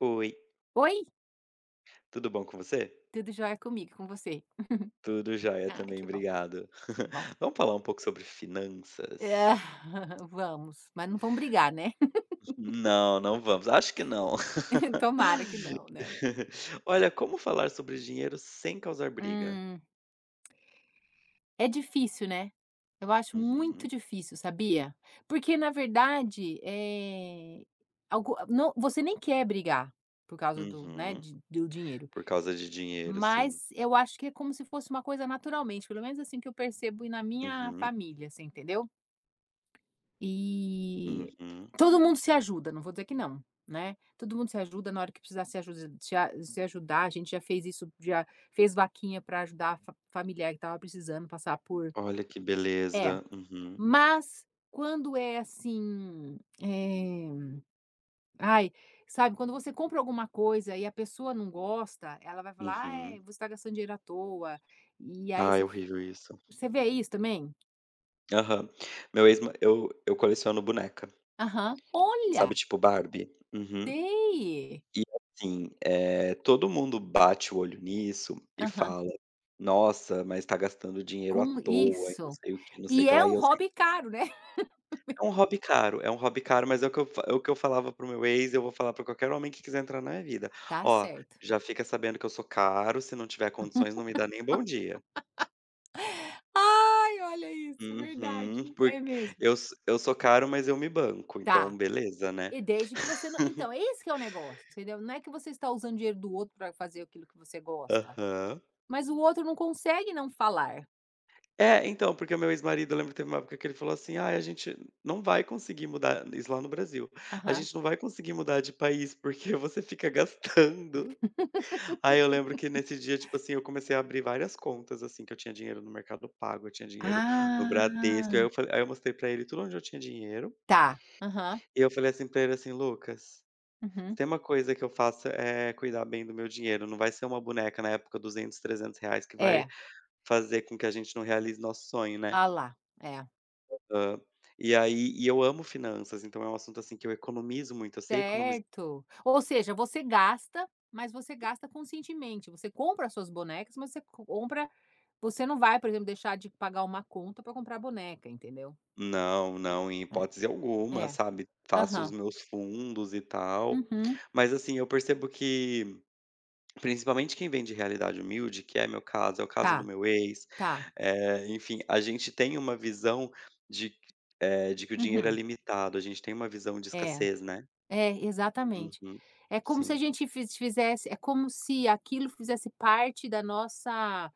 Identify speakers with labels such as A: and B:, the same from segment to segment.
A: Oi,
B: Oi,
A: tudo bom com você?
B: tudo jóia comigo, com você?
A: Tudo jóia
B: Ah,
A: também,
B: que bom,
A: obrigado.
B: que bom.
A: Vamos falar um pouco sobre
B: É,
A: finanças?
B: vamos, mas não vamos brigar, né?
A: Não, não vamos, acho que não.
B: Tomara que não, né?
A: Olha, como falar sobre dinheiro sem causar briga?
B: Hum, é difícil, né? Eu acho muito
A: Uhum,
B: difícil, sabia? Porque na verdade, é algo não você nem quer brigar por causa do, né,
A: uhum.
B: de do dinheiro,
A: Por causa de dinheiro, sim.
B: mas eu acho que é como se fosse uma coisa naturalmente, pelo menos assim que eu percebo e na minha
A: Uhum,
B: família, você entendeu? E
A: uhum.
B: todo mundo se ajuda, não vou dizer que não, né. Todo mundo se ajuda na hora que precisar se ajudar, a gente já fez isso, já fez vaquinha para ajudar a fa familiar que estava precisando passar por
A: Olha que
B: é,
A: beleza. Uhum,
B: mas quando é assim, eh, ai, sabe, quando você compra alguma coisa e a pessoa não gosta, ela vai falar: "Ai,
A: uhum.
B: você está gastando dinheiro à toa". E aí
A: Ai,
B: você
A: horrível isso.
B: você vê isso também?
A: Aham. Meu ex, eu coleciono boneca,
B: Aham.
A: sabe,
B: Olha,
A: tipo Barbie? Uhum.
B: sei.
A: E assim, todo mundo bate o olho nisso e
B: Aham.
A: fala: "Nossa, mas tá gastando dinheiro à
B: Com
A: toa e não
B: isso.
A: sei o que não sei o
B: E
A: que
B: é
A: lá", e
B: um
A: eu sei
B: hobby caro, né.
A: que é um hobby caro, é um hobby caro, mas é o que eu fa é o que eu falava para o meu ex, eu vou falar pra qualquer homem que quiser entrar na minha vida:
B: Tá
A: "Ó,
B: certo.
A: já fica sabendo que eu sou caro, se não tiver condições não me dá nem bom dia".
B: Ai, olha isso, verdade,
A: Uhum, por
B: é mesmo.
A: eu so eu sou caro, mas eu me banco,
B: Tá.
A: então beleza, né.
B: E desde que você não então, é esse que é o negócio, entendeu. Não é que você está usando dinheiro do outro para fazer aquilo que você gosta,
A: Aham.
B: mas o outro não consegue não falar.
A: É, então, porque o meu ex-marido, eu lembro que teve uma época que ele falou assim: ah, a gente não vai conseguir mudar isso lá no Brasil, "a
B: Aham.
A: gente não vai conseguir mudar de país, porque você fica gastando". Aí eu lembro que nesse dia, tipo assim, eu comecei a abrir várias contas, assim, que eu tinha dinheiro no Mercado Pago, eu tinha dinheiro no Bradesco,
B: Ah,
A: aí eu mostrei pra ele tudo onde eu tinha dinheiro,
B: tá. Aham.
A: e eu falei assim pra ele assim: "Lucas, se
B: Uhum.
A: tem uma coisa que eu faço é cuidar bem do meu dinheiro, não vai ser uma boneca na época, R$ 200, R$ 300, que vai
B: É.
A: fazer com que a gente não realize nosso sonho, né".
B: Ah lá, é.
A: Hã. E aí, eu amo finanças, então é um assunto, assim, que eu economizo muito, eu sei economizar.
B: Certo. Ou seja, você gasta, mas você gasta conscientemente. Você compra as suas bonecas, mas você compra. Você não vai, por exemplo, deixar de pagar uma conta para comprar boneca, entendeu?
A: Não, não, em
B: É.
A: hipótese alguma,
B: É.
A: sabe. Faço os
B: Aham.
A: meus fundos e tal.
B: Uhum.
A: Mas, assim, eu percebo que, principalmente quem vem de realidade humilde, que é meu caso, é o
B: Tá,
A: caso do meu ex,
B: tá.
A: enfim, a gente tem uma visão de q de que o dinheiro é
B: Uhum.
A: limitado, a gente tem uma visão de
B: É,
A: escassez, né.
B: é, exatamente.
A: Uhum.
B: É como se a
A: Sim.
B: gente fizesse é como se aquilo fizesse parte da nossa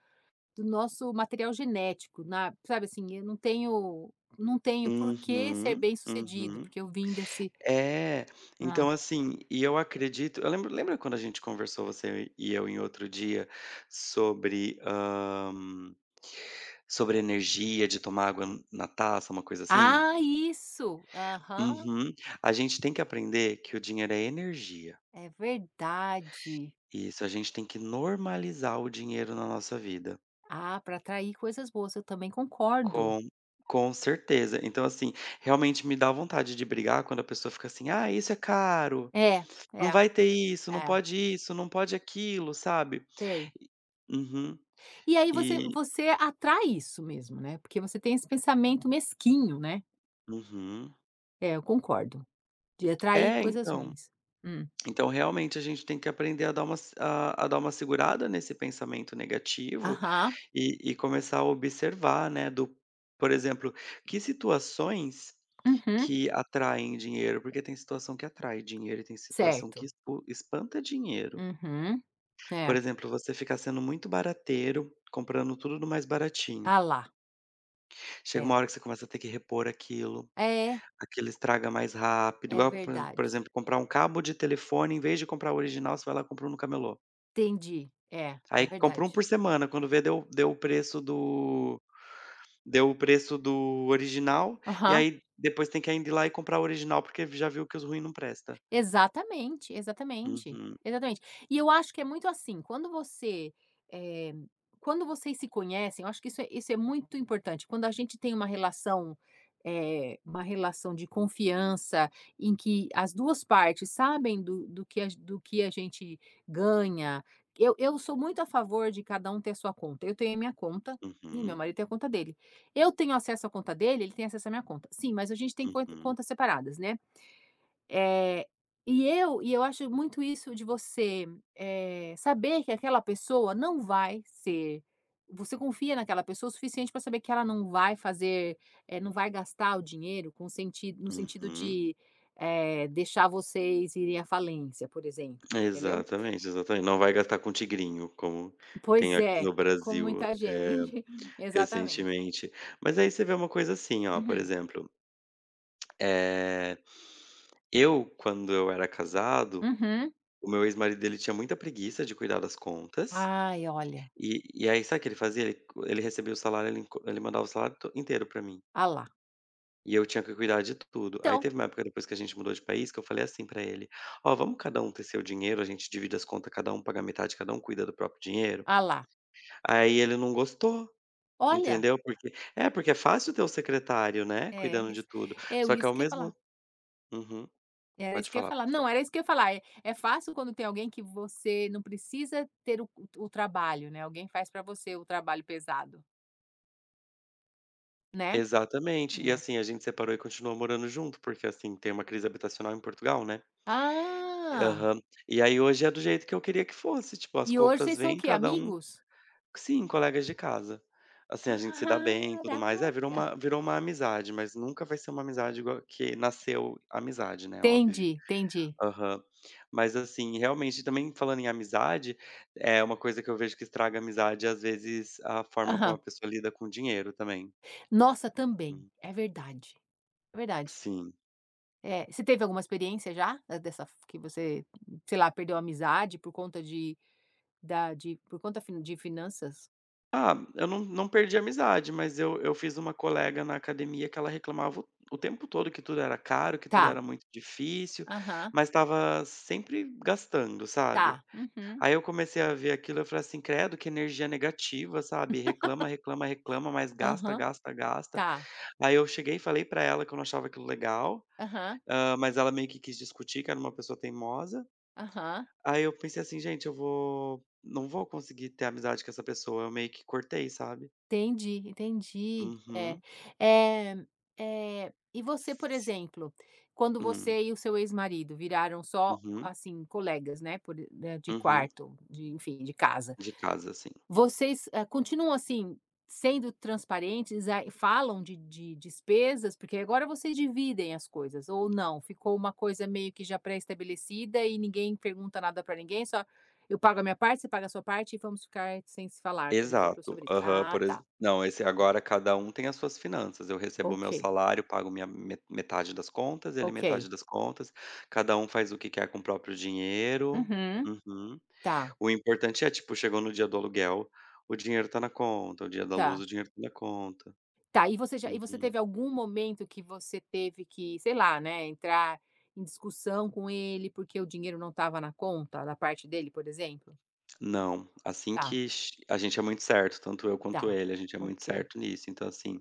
B: do nosso material genético, na sabe, assim, eu não tenho por que ser
A: Uhum,
B: bem-sucedido,
A: uhum.
B: porque eu vim desse
A: É,
B: hã.
A: então assim, e eu acredito eu lembro lembra quando a gente conversou você e eu em outro dia sobre, hã, sobre energia de tomar água na taça, uma coisa assim?
B: Ah, isso! Aham,
A: Uhum. A gente tem que aprender que o dinheiro é energia.
B: é verdade.
A: Isso, a gente tem que normalizar o dinheiro na nossa vida.
B: Ah, para atrair coisas boas, eu também concordo.
A: Com com certeza. Então assim, realmente me dá vontade de brigar quando a pessoa fica assim: "Ah, isso é caro,
B: É, é,
A: não vai ter
B: é,
A: isso, não pode aquilo", sabe?
B: sei.
A: Uhum.
B: E aí você
A: E
B: você atrai isso mesmo, né, porque você tem esse pensamento mesquinho, né.
A: uhum.
B: É, eu concordo, de atrair
A: É,
B: coisas
A: então.
B: ruins. Hum.
A: Então, realmente, a gente tem que aprender a dar uma se a a dar uma segurada nesse pensamento negativo
B: Aham.
A: e começar a observar, né, do por exemplo, que situações
B: Uhum.
A: que atraem dinheiro, porque tem situação que atrai dinheiro e tem situação que
B: Certo.
A: espu espanta dinheiro.
B: Uhum.
A: Por
B: É.
A: exemplo, você ficar sendo muito barateiro, comprando tudo do mais baratinho.
B: Ah lá.
A: Chega
B: É.
A: uma hora que você começa a ter que repor aquilo.
B: É,
A: Aquele estraga mais rápido,
B: é
A: igual, por
B: verdade.
A: exemplo, comprar um cabo de telefone, em vez de comprar o original, você vai lá e compra um no camelô.
B: Entendi. É, é
A: Aí compra um
B: verdade.
A: por semana, quando vê deu o preço do original, e
B: Aham.
A: aí depois tem que ainda ir lá e comprar o original, porque já viu que os ruins não presta.
B: Exatamente, exatamente,
A: Uhum,
B: exatamente. E eu acho que é muito assim, quando você, eh, quando vocês se conhecem, eu acho que isso é muito importante, quando a gente tem uma relação, uma relação de confiança, em que as 2 partes sabem do que a gente ganha. Eu sou muito a favor de cada um ter a sua conta, eu tenho a minha conta, e meu
A: uhum,
B: marido tem a conta dele. Eu tenho acesso à conta dele, ele tem acesso à minha conta. Sim, mas a gente tem cont
A: uhum,
B: contas separadas, né. Eh, e eu acho muito isso de você, saber que aquela pessoa não vai ser você confia naquela pessoa o suficiente para saber que ela não vai fazer, não vai gastar o dinheiro com sentido no sentido
A: uhum.
B: de, deixar vocês irem à falência, por exemplo, entendeu?
A: Exatamente, exatamente. Não vai gastar com tigrinho, como tem
B: Pois
A: aqui
B: é,
A: no
B: com
A: Brasil,
B: muita gente. Exatamente.
A: recentemente. Mas aí você vê uma coisa assim, ó, por
B: Uhum.
A: exemplo. Eh, eu, quando eu era casado,
B: Uhum.
A: o meu ex-marido ele tinha muita preguiça de cuidar das contas,
B: Ai, olha.
A: e aí sabe o que ele fazia? Ele recebia o salário, ele mandava o salário to inteiro pra mim,
B: Ah lá.
A: e eu tinha que cuidar de tudo. Aí
B: Então,
A: teve uma época depois que a gente mudou de país que eu falei assim pra ele: "Ó, vamos cada um ter seu dinheiro, a gente divide as contas, cada um paga metade, cada um cuida do próprio dinheiro".
B: ah lá.
A: Aí ele não gostou,
B: Olha,
A: entendeu? Porque é fácil ter o secretário, né,
B: é,
A: cuidando de
B: isso
A: tudo,
B: é
A: só que
B: isso
A: ao
B: que eu ia
A: mesmo.
B: falar.
A: Uhum,
B: Era
A: pode
B: isso que eu ia
A: falar, por
B: falar. Não,
A: favor.
B: era isso que eu ia falar. É fácil quando tem alguém que você não precisa ter o trabalho, né, alguém faz para você o trabalho pesado, né?
A: Exatamente. E
B: É.
A: assim, a gente separou e continuou morando junto, porque assim, tem uma crise habitacional em Portugal, né.
B: Ah,
A: Aham. E aí hoje é do jeito que eu queria que fosse, tipo, as
B: e hoje
A: contas
B: vocês são o
A: vêm
B: quê?
A: cada um.
B: Amigos?
A: Sim, colegas de casa. Assim, a gente se dá bem e tudo mais. É, virou
B: Caraca!
A: uma virou uma amizade, mas nunca vai ser uma amizade igual que nasceu amizade, né, óbvio.
B: Entendi, entendi.
A: Aham. Mas assim, realmente também falando em amizade, é uma coisa que eu vejo que estraga a amizade, às vezes, a forma como
B: Aham.
A: a pessoa lida com o dinheiro também.
B: Nossa, também,
A: Hum.
B: é verdade, é verdade.
A: Sim.
B: É, você teve alguma experiência já, dessa f que você, sei lá, perdeu a amizade por conta de da de por conta fin de finanças?
A: Ah, eu não perdi a amizade, mas eu fiz uma colega na academia que ela reclamava o tempo todo que tudo era caro, que
B: Tá,
A: tudo era muito difícil,
B: aham,
A: mas estava sempre gastando, sabe.
B: tá, uhum.
A: Aí eu comecei a ver aquilo, eu falei assim: "Credo, que energia negativa", sabe. Reclama, reclama, reclama, mas gasta,
B: Aham,
A: gasta, gasta.
B: tá.
A: Aí eu cheguei e falei pra ela que eu não achava aquilo legal,
B: Aham,
A: mas ela meio que quis discutir, que era uma pessoa teimosa.
B: aham.
A: Aí eu pensei assim: "Gente, eu vou não vou conseguir ter amizade com essa pessoa", eu meio que cortei, sabe.
B: Entendi, entendi. É,
A: Uhum.
B: é, é. E você, por exemplo, quando
A: Hum,
B: você e o seu ex-marido viraram só,
A: uhum,
B: assim, colegas, né, de
A: uhum.
B: quarto, de enfim, de casa.
A: De casa, assim.
B: Vocês, continuam, assim, sendo transparentes, ah, falam de despesas? Porque agora vocês dividem as coisas ou não? Ficou uma coisa meio que já pré-estabelecida e ninguém pergunta nada para ninguém, só eu pago a minha parte, você paga a sua parte e vamos ficar sem se falar, por exemplo,
A: Exato.
B: sobre isso.
A: Aham,
B: Ah,
A: por exe
B: tá.
A: não, esse agora cada um tem as suas finanças. Eu recebo o meu
B: Ok,
A: salário, pago minha me metade das contas, ele
B: ok.
A: metade das contas, cada um faz o que quer com o próprio dinheiro.
B: Uhum.
A: Uhum.
B: Tá,
A: O importante é, tipo, chegou no dia do aluguel, o dinheiro tá na conta, o dia da luz,
B: tá.
A: o dinheiro tá na conta.
B: Tá, e você
A: Uhum.
B: teve algum momento que você teve que, sei lá, né, entrar em discussão com ele, porque o dinheiro não estava na conta, da parte dele, por exemplo?
A: Não, assim
B: Tá,
A: que che a gente é muito certo, tanto eu quanto
B: tá,
A: ele, a gente é muito
B: ok.
A: certo nisso. Então, assim,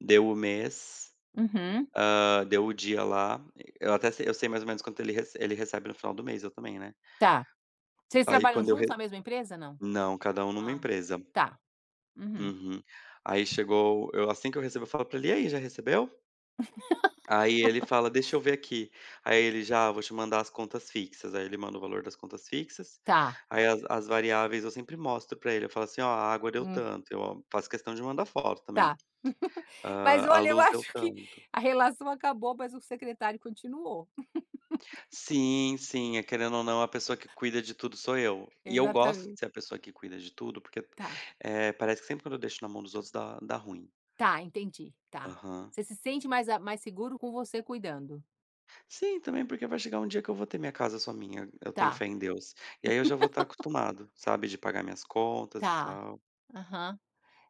A: deu o mês.
B: Uhum,
A: Deu o dia lá, eu sei mais ou menos quanto ele recebe no final do mês, eu também, né.
B: tá. Vocês
A: Aí
B: trabalham
A: quando eu re
B: juntos na mesma empresa, não?
A: Não, cada um numa
B: Ah,
A: empresa.
B: tá. Uhum,
A: Uhum. Aí chegou eu assim que eu recebo eu falo pra ele: "E aí, já recebeu?" Aí ele fala: "Deixa eu ver aqui". Aí ele já: "Ah, vou te mandar as contas fixas". Aí ele manda o valor das contas fixas,
B: tá,
A: aí as variáveis eu sempre mostro pra ele, eu falo assim: "Ó, a água deu
B: hum,
A: tanto", eu ó, faço questão de mandar foto também.
B: tá. Mas
A: "A
B: olha, eu
A: luz deu
B: acho que
A: tanto".
B: a relação acabou, mas o secretário continuou.
A: Sim, sim, é querendo ou não, a pessoa que cuida de tudo sou eu. E eu gosto de
B: Exatamente.
A: ser a pessoa que cuida de tudo, porque,
B: Tá,
A: parece que sempre quando eu deixo na mão dos outros dá ruim.
B: tá, entendi, tá.
A: Aham.
B: Você se sente mais seguro com você cuidando.
A: Sim, também porque vai chegar um dia que eu vou ter minha casa só minha, eu
B: Tá,
A: tenho fé em Deus. E aí eu já vou estar acostumado, sabe, de pagar minhas contas e
B: tá.
A: tal.
B: Aham.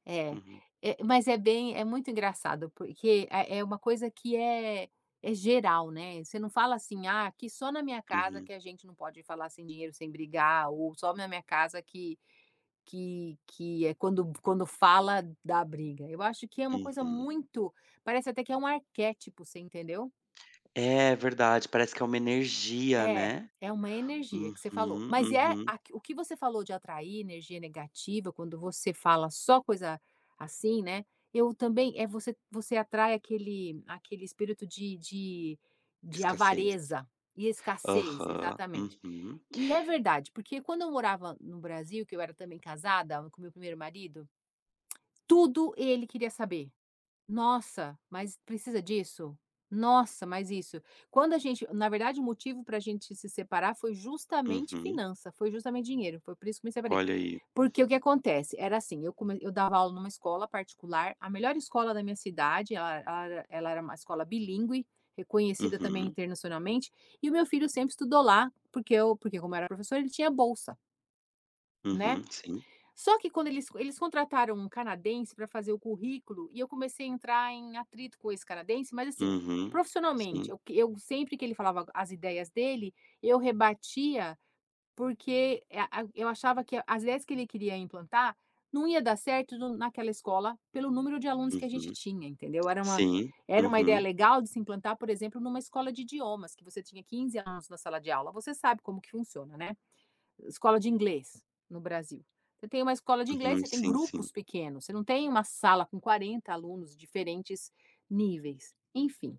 B: É,
A: Uhum,
B: é, mas é bem é muito engraçado, porque é uma coisa que é geral, né, você não fala assim: "Ah, que só na minha casa
A: uhum,
B: que a gente não pode falar sem dinheiro, sem brigar", ou "só na minha casa que é quando fala da briga". Eu acho que é uma coisa
A: uhum.
B: muito parece até que é um arquétipo, você entendeu?
A: É verdade, parece que é uma energia,
B: É,
A: né.
B: é uma energia que você falou.
A: Uhum,
B: Mas é
A: uhum.
B: a o que você falou de atrair energia negativa, quando você fala só coisa assim, né, eu também você atrai aquele espírito de de
A: Escassez.
B: avareza e escassez,
A: Aham,
B: exatamente.
A: uhum,
B: E é verdade, porque quando eu morava no Brasil, que eu era também casada com meu primeiro marido, tudo ele queria saber. Nossa, mas precisa disso? Nossa, mas isso. Quando a gente na verdade o motivo para a gente se separar foi justamente
A: uhum.
B: finança, foi justamente dinheiro, foi por isso que me separei.
A: Olha aí.
B: Porque o que acontece, era assim, eu dava aula numa escola particular, a melhor escola da minha cidade, ela era uma escola bilíngue, reconhecida também
A: Uhum.
B: internacionalmente, e o meu filho sempre estudou lá, porque eu porque como eu era professor, ele tinha bolsa, né.
A: Uhum, sim.
B: Só que quando eles contrataram um canadense para fazer o currículo, e eu comecei a entrar em atrito com esse canadense, mas assim,
A: Uhum,
B: profissionalmente,
A: sim.
B: eu sempre que ele falava as ideias dele, eu rebatia, porque, eh, a eu achava que as ideias que ele queria implantar não ia dar certo no naquela escola, pelo número de alunos que a gente
A: Uhum.
B: tinha, entendeu.
A: Sim.
B: Era uma ideia
A: Uhum,
B: legal de se implantar, por exemplo, numa escola de idiomas, que você tinha 15 alunos na sala de aula, você sabe como que funciona, né, escola de inglês no Brasil. Você tem uma escola de inglês,
A: uhum.
B: você tem
A: Sim, sim.
B: grupos pequenos, você não tem uma sala com 40 alunos de diferentes níveis, enfim.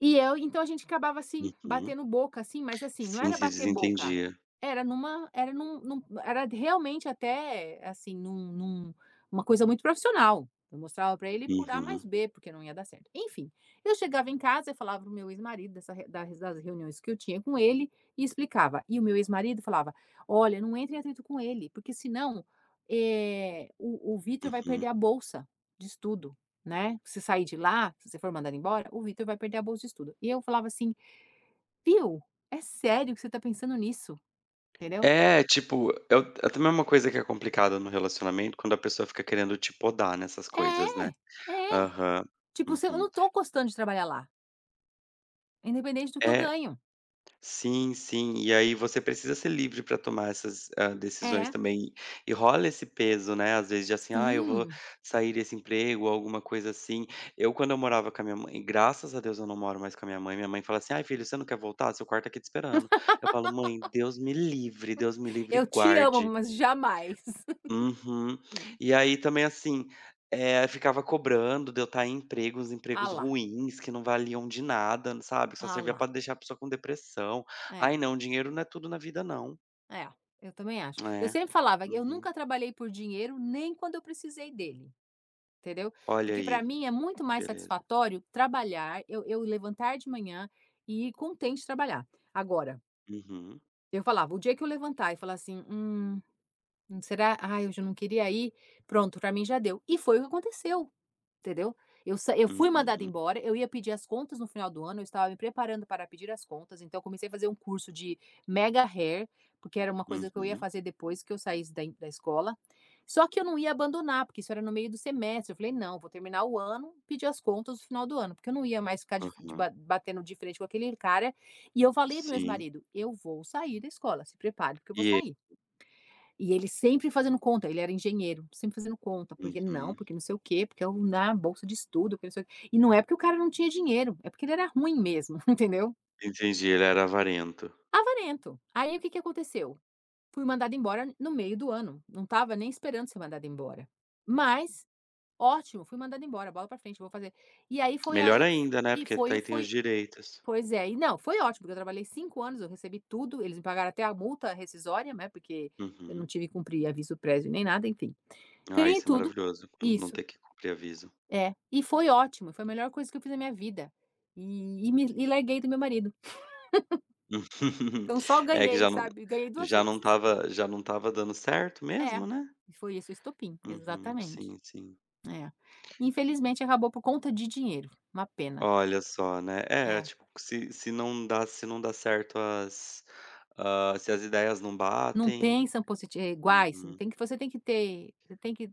B: E eu então a gente acabava, assim,
A: Uhum.
B: batendo boca, assim, mas assim, não
A: Sim,
B: era
A: se
B: bater boca,
A: desentendia.
B: era realmente até, assim, num num uma coisa muito profissional. Eu mostrava para ele por A mais
A: Uhum,
B: B, porque não ia dar certo. Enfim, eu chegava em casa e falava pro meu ex-marido dessa re das das reuniões que eu tinha com ele e explicava. E o meu ex-marido falava: "Olha, não entra em atrito com ele, porque senão, o Vitor vai
A: uhum.
B: perder a bolsa de estudo". Né, se sair de lá, se você for mandada embora, o Vitor vai perder a bolsa de estudo. E eu falava assim: "Viu, é sério que você tá pensando nisso?", entendeu?
A: É, tipo, é o é também é uma coisa que é complicada no relacionamento, quando a pessoa fica querendo te podar nessas coisas,
B: É,
A: né.
B: é.
A: Aham.
B: Tipo, se eu
A: Uhum.
B: não tô gostando de trabalhar lá, independente do que eu
A: É
B: ganho.
A: Sim, sim. E aí você precisa ser livre para tomar essas, decisões
B: É,
A: também. E rola esse peso, né, às vezes de assim: "Ah, eu vou
B: sim.
A: sair desse emprego", ou alguma coisa assim. Eu, quando eu morava com a minha mãe, graças a Deus eu não moro mais com a minha mãe. Minha mãe fala assim: "Ai, filho, você não quer voltar? Seu quarto tá aqui te esperando". Eu falo: "Mãe, Deus me livre e
B: Eu te amo,
A: guarde".
B: mas jamais.
A: Uhum.
B: Hum.
A: E aí também, assim, ficava cobrando de eu estar em empregos
B: Ah
A: empregos
B: lá,
A: ruins, que não valiam de nada, sabe, só
B: ah
A: servia pra
B: lá.
A: deixar a pessoa com depressão. "Ai,
B: É,
A: não, dinheiro não é tudo na vida não".
B: é, eu também acho. Eu
A: É,
B: sempre falava: que "Eu
A: uhum.
B: nunca trabalhei por dinheiro, nem quando eu precisei dele". Entendeu?
A: Olha
B: Porque para
A: aí,
B: mim é muito
A: que
B: mais
A: beleza.
B: satisfatório trabalhar, eu levantar de manhã e ir contente trabalhar. Agora,
A: Uhum,
B: eu falava, o dia que eu levantar e falar assim: será? Ai, hoje eu não queria ir", pronto, pra mim já deu. E foi o que aconteceu, entendeu? Eu fui mandada
A: uhum,
B: embora, eu ia pedir as contas no final do ano, eu estava me preparando para pedir as contas, então eu comecei a fazer um curso de mega hair, porque era uma coisa que eu ia
A: uhum,
B: fazer depois que eu saísse da escola. Só que eu não ia abandonar, porque isso era no meio do semestre, eu falei: "Não, vou terminar o ano, pedir as contas no final do ano", porque eu não ia mais ficar de
A: aham.
B: ba batendo de frente com aquele cara. E eu falei para meu
A: Sim.
B: ex-marido: "Eu vou sair da escola, se prepare, porque eu
A: E
B: vou
A: ele
B: sair". E ele sempre fazendo conta, ele era engenheiro, sempre fazendo conta,
A: Uhum.
B: porque não sei o quê, porque eu na bolsa de estudo, porque não sei o quê. E não é porque o cara não tinha dinheiro, é porque ele era ruim mesmo, entendeu?
A: Entendi, ele era avarento.
B: Avarento. Aí o que que aconteceu? Fui mandada embora no meio do ano, não estava nem esperando ser mandada embora. Mas, ótimo, fui mandada embora, bola pra frente, vou fazer. E aí foi
A: Melhor
B: aí
A: ainda, né,
B: e
A: porque
B: foi
A: daí tem os
B: foi
A: direitos.
B: Pois é. E não, foi ótimo, porque eu trabalhei 5 anos, eu recebi tudo, eles me pagaram até a multa rescisória, né, porque eu não
A: Uhum.
B: tive que cumprir aviso prévio nem nada, enfim.
A: Ah,
B: Ganhei
A: isso é
B: tudo.
A: maravilhoso, não
B: Isso,
A: ter que cumprir aviso.
B: é. E foi ótimo, foi a melhor coisa que eu fiz na minha vida. E larguei do meu marido. Então só
A: É que
B: ganhei,
A: já não
B: sabe, ganhei 2
A: já não
B: vezes.
A: estava já não estava dando certo
B: É,
A: mesmo, né.
B: e foi isso o estopim,
A: Uhum,
B: exatamente.
A: sim, sim.
B: É. Infelizmente acabou por conta de dinheiro, uma pena.
A: Olha só, né. É,
B: É.
A: tipo, se não dá certo, se as ideias não
B: Não
A: batem.
B: pensam iguais,
A: Uhum.
B: tem que você tem que ter você tem que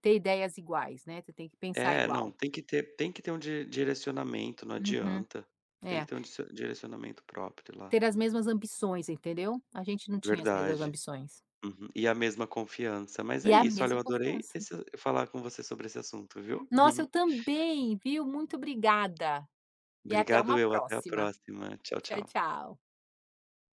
B: ter ideias iguais, né, você tem que pensar
A: É, não,
B: igual.
A: tem que ter um di direcionamento, não
B: Uhum.
A: adianta. Tem que
B: É,
A: ter um dicio direcionamento próprio lá.
B: ter as mesmas ambições, entendeu? A gente não tinha as mesmas
A: Verdade.
B: ambições.
A: Uhum. E a mesma confiança. Mas
B: E
A: é
B: a
A: isso, olha, eu
B: mesma
A: adorei
B: confiança.
A: esse falar com você sobre esse assunto, viu.
B: Nossa, eu também, viu? Muito obrigada. E até uma
A: Obrigado eu, até a
B: próxima.
A: próxima. Tchau,
B: Tchau,
A: tchau.
B: tchau.